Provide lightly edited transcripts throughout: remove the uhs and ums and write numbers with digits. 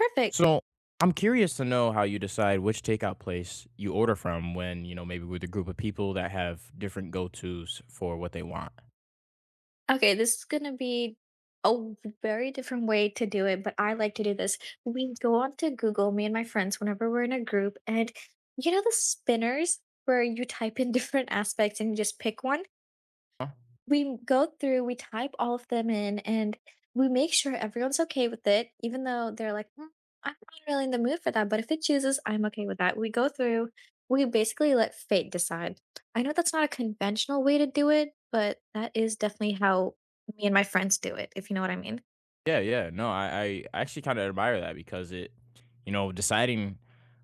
Perfect. So I'm curious to know how you decide which takeout place you order from when, you know, maybe with a group of people that have different go tos for what they want. Okay, this is gonna be a w- very different way to do it, but I like to do this. We go on to Google, me and my friends, whenever we're in a group, and you know the spinners where you type in different aspects and you just pick one? Huh? We go through, we type all of them in, and we make sure everyone's okay with it, even though they're like, " I'm not really in the mood for that, but if it chooses, I'm okay with that." We go through, we basically let fate decide. I know that's not a conventional way to do it, but that is definitely how me and my friends do it, if you know what I mean. Yeah, yeah. No, I actually kind of admire that because it, you know, deciding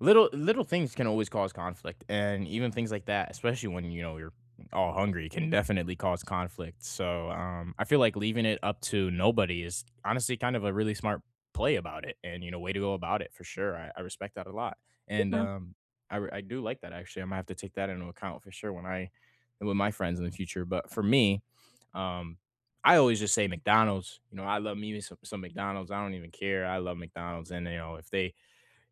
little things can always cause conflict, and even things like that, especially when you know you're all hungry, can definitely cause conflict. So I feel like leaving it up to nobody is honestly kind of a really smart play about it, and you know, way to go about it for sure. I respect that a lot, and Yeah. I do like that actually. I'm gonna have to take that into account for sure when I with my friends in the future. But for me, um, I always just say McDonald's. You know, I love me some McDonald's. I don't even care. I love McDonald's, and you know, if they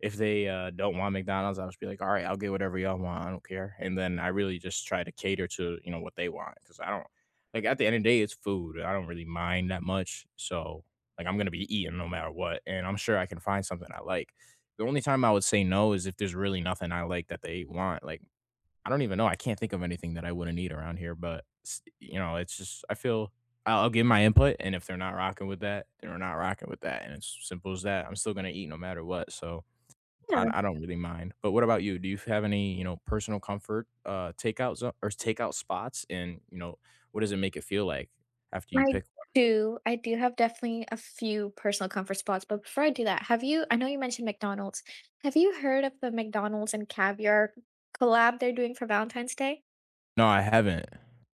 if they uh, don't want McDonald's, I'll just be like, all right, I'll get whatever y'all want. I don't care. And then I really just try to cater to you know what they want because I don't like at the end of the day, it's food. I don't really mind that much. So like, I'm gonna be eating no matter what, and I'm sure I can find something I like. The only time I would say no is if there's really nothing I like that they want. Like I don't even know. I can't think of anything that I wouldn't eat around here, but you know, it's just I feel I'll give my input, and if they're not rocking with that, they're not rocking with that, and it's simple as that. I'm still gonna eat no matter what, so Yeah. I don't really mind. But what about you? Do you have any you know personal comfort takeout or takeout spots, and you know what does it make it feel like after you I pick one? do. I do have definitely a few personal comfort spots, but before I do that, have you I know you mentioned McDonald's. Have you heard of the McDonald's and caviar collab they're doing for Valentine's Day? No, I haven't.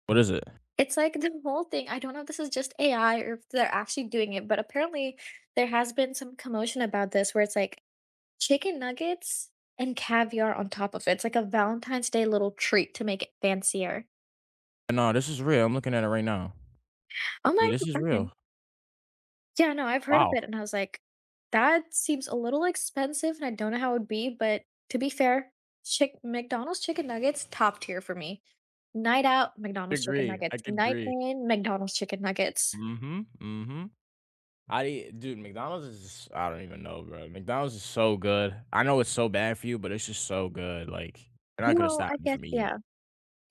What is it? It's like the whole thing. I don't know if this is just AI or if they're actually doing it, but apparently there has been some commotion about this where it's like chicken nuggets and caviar on top of it. It's like a Valentine's Day little treat to make it fancier. No, this is real. I'm looking at it right now. Oh Yeah, my this is God. real. Yeah, no, I've heard of Wow. it, and I was like, "That seems a little expensive, and I don't know how it would be," but to be fair, chick McDonald's chicken nuggets, top tier for me. Night out, McDonald's chicken Agree. I nuggets. could Night agree. in, McDonald's chicken nuggets. Mm-hmm. Mm-hmm. I eat dude, McDonald's is just I don't even know, bro. McDonald's is so good. I know it's so bad for you, but it's just so good. Like, they're not gonna No, stop I you guess, from eating it. yeah.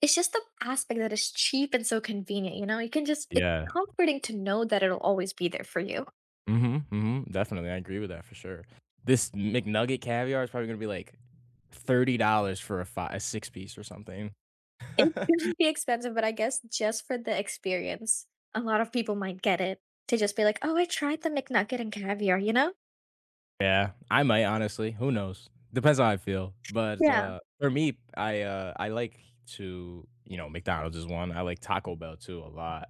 It's just the aspect that is cheap and so convenient, you know? You can just it's Yeah. comforting to know that it'll always be there for you. Mhm, mhm, definitely, I agree with that for sure. This McNugget caviar is probably gonna be, like, $30 for a five, a six-piece or something. It's gonna be expensive, but I guess just for the experience, a lot of people might get it to just be like, "Oh, I tried the McNugget and caviar," you know? Yeah, I might, honestly, who knows? Depends how I feel, but, Yeah. For me, I like to you know, McDonald's is one, I like Taco Bell too a lot.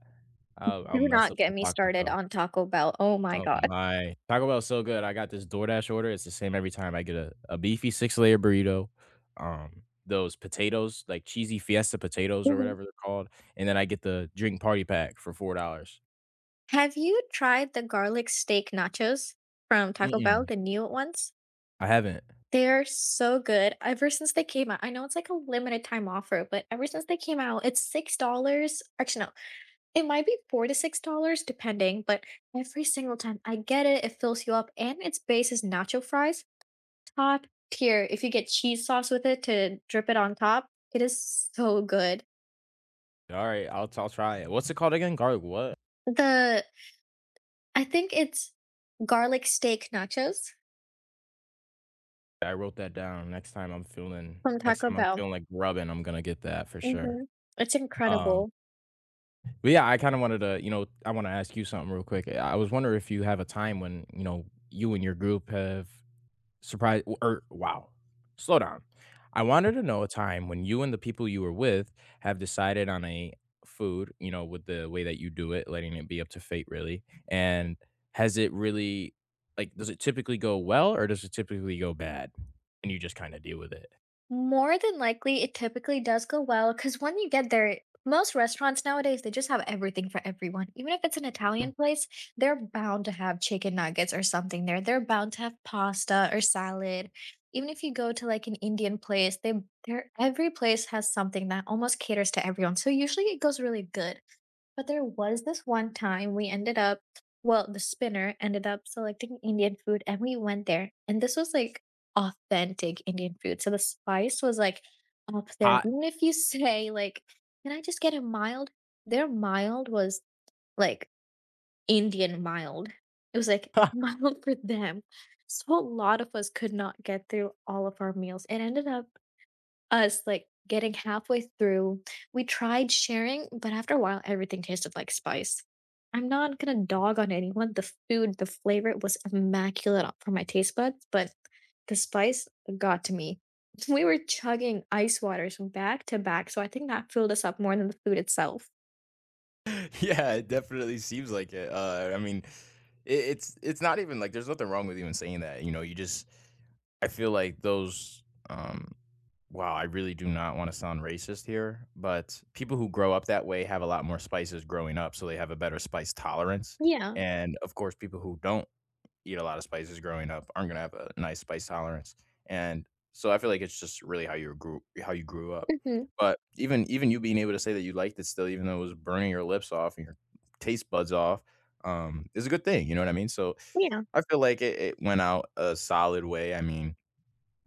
Do I'll mess not up get some me Taco started Bell. on Taco Bell. Oh my Oh god. my. Taco Bell's so good. I got this DoorDash order. It's the same every time. I get a beefy six layer burrito, those potatoes, like cheesy fiesta potatoes or Mhm. whatever they're called, and then I get the drink party pack for $4. Have you tried the garlic steak nachos from Taco Bell, Mm-mm, the new ones? I haven't. They are so good. Ever since they came out, I know it's like a limited time offer, but ever since they came out, it's $6. Actually, no, it might be 4 to $6 depending, but every single time I get it, it fills you up and its base is nacho fries, top tier. If you get cheese sauce with it to drip it on top, it is so good. All right, I'll try it. What's it called again? Garlic what? The I think it's garlic steak nachos I wrote that down. From Next Taco time I'm Bell. feeling like grubbing, I'm gonna get that for sure. Mhm. It's Um, incredible. but yeah, I kind of wanted to, you know, I want to ask you something real quick. I was wondering if you have a time when, you know, you and your group have Surprise or wow. Slow down. I wanted to know a time when you and the people you were with have decided on a food, you know, with the way that you do it, letting it be up to fate really, and has it really like, does it typically go well or does it typically go bad and you just kinda deal with it? More than likely, it typically does go well because when you get there, most restaurants nowadays, they just have everything for everyone. Even if it's an Mm, Italian place, they're bound to have chicken nuggets or something there. They're bound to have pasta or salad. Even if you go to like an Indian place, they they're every place has something that almost caters to everyone. So usually it goes really good. But there was this one time we ended up well, the spinner ended up selecting Indian food and we went there. And this was like authentic Indian food. So the spice was like up there. Hot. Even if you say like, can I just get a mild? Their mild was like Indian mild. It was like mild for them. So a lot of us could not get through all of our meals. It ended up us like getting halfway through. We tried sharing, but after a while, everything tasted like spice. I'm not gonna dog on anyone. The food, the flavor was immaculate for my taste buds, but the spice got to me. We were chugging ice waters from back to back, so I think that filled us up more than the food itself. Yeah, it definitely seems like it. I mean, it's not even like there's nothing wrong with even saying that. You know, you just I feel like those um wow, I really do not want to sound racist here, but people who grow up that way have a lot more spices growing up, so they have a better spice tolerance. Yeah. And of course, people who don't eat a lot of spices growing up aren't gonna have a nice spice tolerance, and so I feel like it's just really how you grew up. hmm But even you being able to say that you liked it still, even though it was burning your lips off and your taste buds off, is a good thing. You know what I mean? So Yeah. I feel like it went out a solid way. I mean,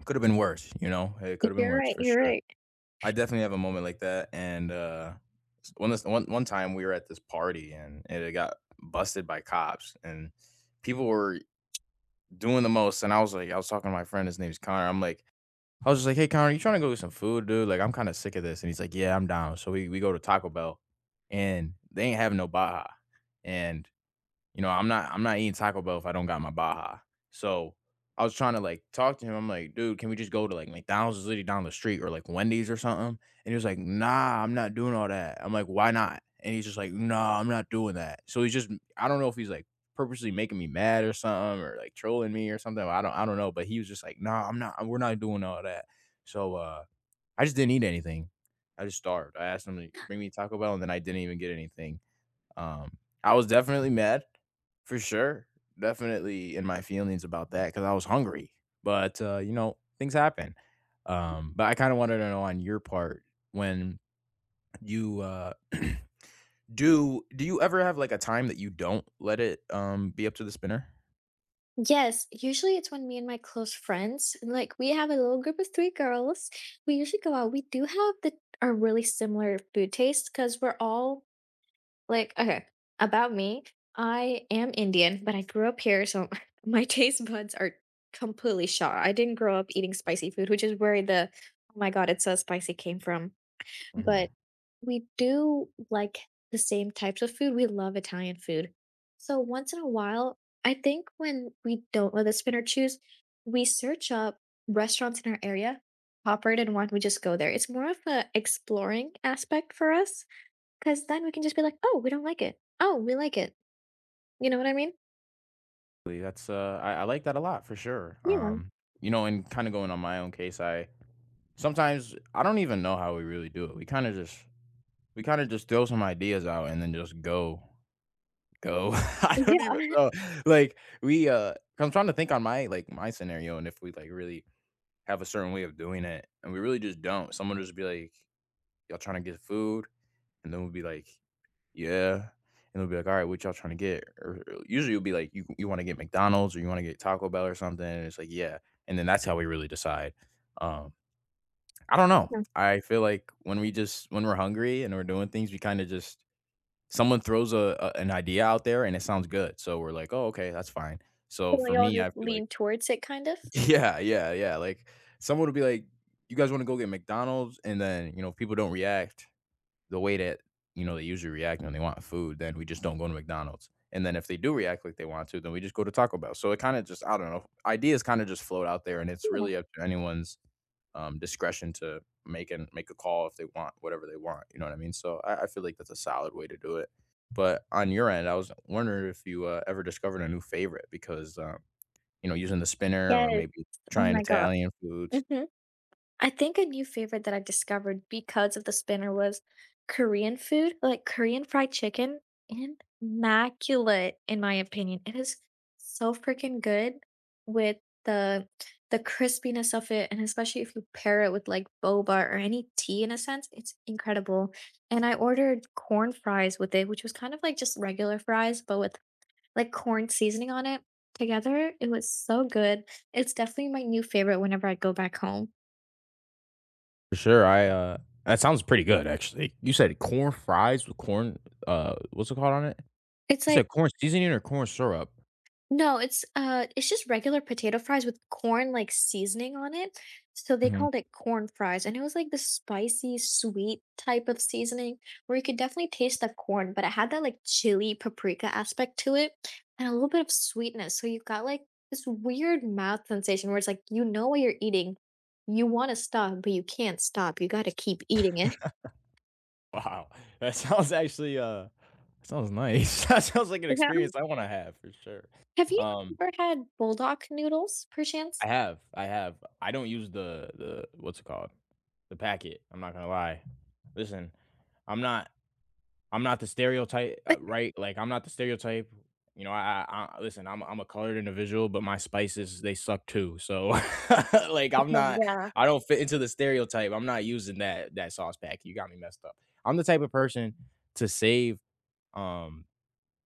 could have been worse. You know, it could have been You're worse right. for You're sure. right. I definitely have a moment like that, and one this one time we were at this party and it got busted by cops, and people were doing the most. And I was like, I was talking to my friend, his name's Connor. I'm like, I was just like, hey Connor, you trying to go get some food, dude? Like, I'm kind of sick of this. And he's like, yeah, I'm down. So we go to Taco Bell and they ain't having no Baja. And you know, I'm not eating Taco Bell if I don't got my Baja. So I was trying to like talk to him. I'm like, dude, can we just go to like McDonald's is literally down the street or like Wendy's or something? And he was like, nah, I'm not doing all that. I'm like, why not? And he's just like, nah, I'm not doing that. So he's just I don't know if he's like purposely making me mad or something or like trolling me or something. I don't know. But he was just like, nah, I'm not we're not doing all that. So I just didn't eat anything. I just starved. I asked him to bring me Taco Bell and then I didn't even get anything. Um I was definitely mad. For sure. Definitely in my feelings about that because I was hungry. But you know, things happen. But I kind of wanted to know on your part when you do you ever have like a time that you don't let it be up to the spinner? Yes, usually it's when me and my close friends, and, like we have a little group of three girls. We usually go out. We do have the are really similar food tastes because we're all like okay. About me, I am Indian, but I grew up here, so my taste buds are completely shot. I didn't grow up eating spicy food, which is where the oh my god, it's so spicy came from Hmm but we do like the same types of food. We love Italian food. So once in a while, I think when we don't know the spin or choose, we search up restaurants in our area, pop right in one, we just go there. It's more of a exploring aspect for us because then we can just be like, oh, we don't like it. Oh, we like it. You know what I mean? That's I like that a lot for sure. Yeah. You know, and kind of going on my own case, I sometimes I don't even know how we really do it. We kind of just throw some ideas out and then just go Go. I don't Yeah. even know. Like, 'cause I'm trying to think on my, like, my scenario and if we, like, really have a certain way of doing it, and we really just don't. Someone just be like, "Y'all trying to get food?" And then we'll be like, "Yeah." And they'll be like, "All right, what y'all trying to get?" Or usually it'll be like, You wanna get McDonald's or you wanna get Taco Bell or something?" And it's like, "Yeah." And then that's how we really decide. Um, I don't know. I feel like when we're hungry and we're doing things, we kinda just someone throws a an idea out there and it sounds good. So we're like, "Oh, okay, that's fine." So So for we all me, I just feel like lean towards it kind of. yeah, yeah, yeah. Like someone would be like, "You guys want to go get McDonald's?" And then you know, if people don't react the way that you know they usually react when they want food. Then we just don't go to McDonald's. And then if they do react like they want to, then we just go to Taco Bell. So it kind of just I don't know. Ideas kind of just float out there, and it's Yeah. really up to anyone's discretion to make and make a call if they want whatever they want. You know what I mean? So I feel like that's a solid way to do it. But on your end, I was wondering if you ever discovered a new favorite because you know using the spinner or Yes. maybe Oh trying my God. Italian foods. Mhm. I think a new favorite that I discovered because of the spinner was Korean food, like Korean fried chicken, immaculate in my opinion. It is so freaking good with the the crispiness of it, and especially if you pair it with like boba or any tea in a sense, it's incredible. And I ordered corn fries with it, which was kind of like just regular fries, but with like corn seasoning on it. Together, it was so good. It's definitely my new favorite whenever I go back home. For sure. I that sounds pretty good actually. You said corn fries with corn what's it called on it? It's You like said corn seasoning or corn syrup. No, it's just regular potato fries with corn like seasoning on it. So they Hmm called it corn fries and it was like the spicy sweet type of seasoning where you could definitely taste the corn, but it had that like chili paprika aspect to it and a little bit of sweetness. So you got like this weird mouth sensation where it's like you know what you're eating. You want to stop, but you can't stop. You got to keep eating it. Wow. That sounds actually sounds nice. that sounds like an Yeah. experience I want to have for sure. Have you Um. ever had bulldog noodles per chance? I have, I have. I don't use the what's it called? The packet. I'm not gonna lie. Listen, I'm not I'm not the stereotype, right? Like I'm not the stereotype. You know, I listen. I'm a colored individual, but my spices they suck too. So, like, I'm Oh not. yeah. I don't fit into the stereotype. I'm not using that sauce packet. You got me messed up. I'm the type of person to save um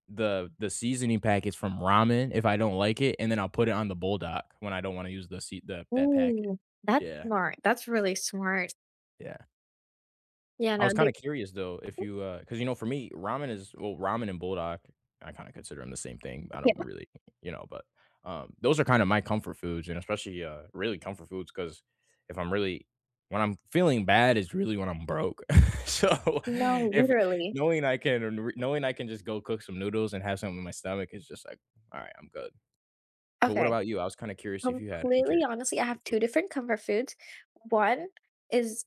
the seasoning packets from ramen if I don't like it, and then I'll put it on the bulldog when I don't want to use the sea the that packet. Ooh, that's Yeah, smart, that's really smart. yeah. Yeah, I no, was they kinda curious though if you, because you know, for me, ramen is well, ramen and bulldog, I kinda consider them the same thing. I yeah, don't really, you know, but, those are kinda my comfort foods and especially, really comfort foods because if I'm really when I'm feeling bad is really when I'm broke. So, no, if literally. knowing I can knowing I can just go cook some noodles and have something in my stomach is just like, "Alright, I'm good." But what Okay, about you? I was kinda curious if you had any completely honestly, I have two different comfort foods. One is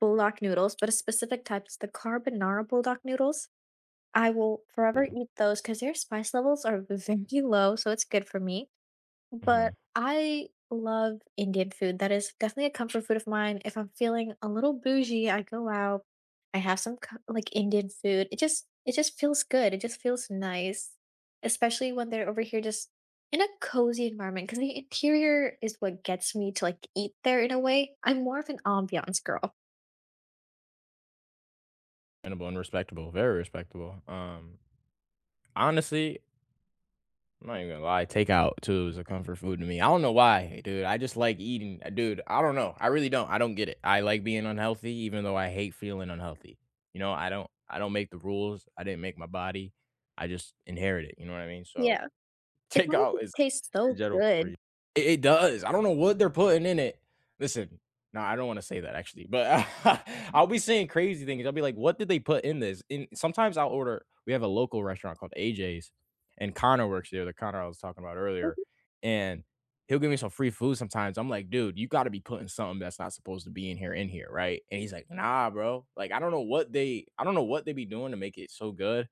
bulldog noodles, but a specific type, it's the carbonara bulldog noodles. I will forever mm. eat those because their spice levels are very low, so it's good for me. Mhm. But I love Indian food. That is definitely a comfort food of mine. If I'm feeling a little bougie, I go out, I have some co- like Indian food. It just feels good. It just feels nice, especially when they're over here just in a cozy environment because the interior is what gets me to like eat there in a way. I'm more of an ambiance girl. Understandable and respectable, very respectable. Honestly, I'm not even gonna lie, takeout too is a comfort food to me. I don't know why, dude. I just like eating. Dude, I don't know. I really don't. I don't get it. I like being unhealthy even though I hate feeling unhealthy. You know, I don't make the rules. I didn't make my body. I just inherit it, you know what I mean? So Yeah. It takeout always is tastes in so general for me. good. It does. I don't know what they're putting in it. Listen, no, I don't wanna say that actually, but I'll be saying crazy things. I'll be like, "What did they put in this?" And sometimes I'll order we have a local restaurant called AJ's, and Connor works there, the Connor I was talking about earlier, and he'll give me some free food sometimes. I'm like, "Dude, you gotta be putting something that's not supposed to be in here, right?" And he's like, "Nah, bro." Like, I don't know what they be doing to make it so good.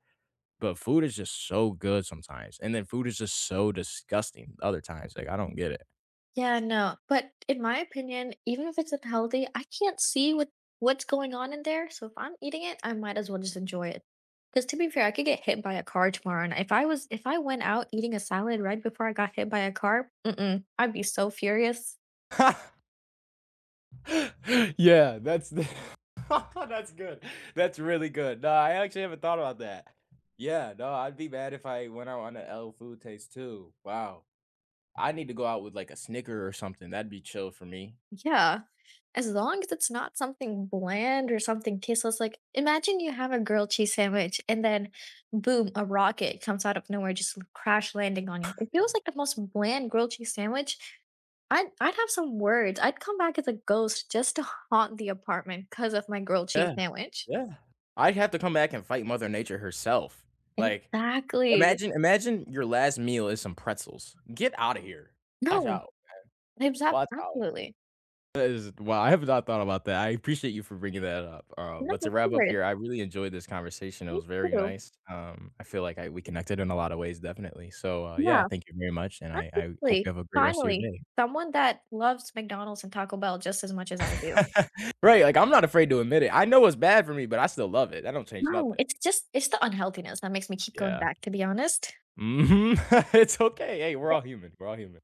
But food is just so good sometimes, and then food is just so disgusting other times, like, I don't get it. Yeah, no, but in my opinion, even if it's unhealthy, I can't see what's going on in there, so if I'm eating it, I might as well just enjoy it. Because to be fair, I could get hit by a car tomorrow, and if I went out eating a salad right before I got hit by a car, mm-mm, I'd be so furious. Yeah, that's the that's good. That's really good. No, I actually haven't thought about that. Yeah, no, I'd be mad if I went out on a L food taste too. Wow. I need to go out with, like, a Snicker or something, that'd be chill for me. Yeah. As long as it's not something bland or something tasteless, like imagine you have a grilled cheese sandwich and then boom, a rocket comes out of nowhere, just crash landing on you. It feels like the most bland grilled cheese sandwich. I'd have some words. I'd come back as a ghost just to haunt the apartment because of my grilled cheese Yeah, sandwich. yeah. I'd have to come back and fight mother nature herself. Like, Exactly. imagine your last meal is some pretzels. Get out of here. Watch No, out. exactly. Watch out. Absolutely. That is wow, I have not thought about that. I appreciate you for bringing that up. No, But to of wrap up course. here, I really enjoyed this conversation. It Me was very too. nice. I feel like we connected in a lot of ways, definitely. So yeah, Yeah. thank you very much, and I hope Finally, you have a great rest of your finally, day. someone that loves McDonald's and Taco Bell just as much as I do. right, like I'm not afraid to admit it. I know it's bad for me, but I still love it. That don't change No, nothing. it's just it's the unhealthiness that makes me keep going Yeah. back, to be honest. Hmm. it's okay. Hey, we're all human. We're all human.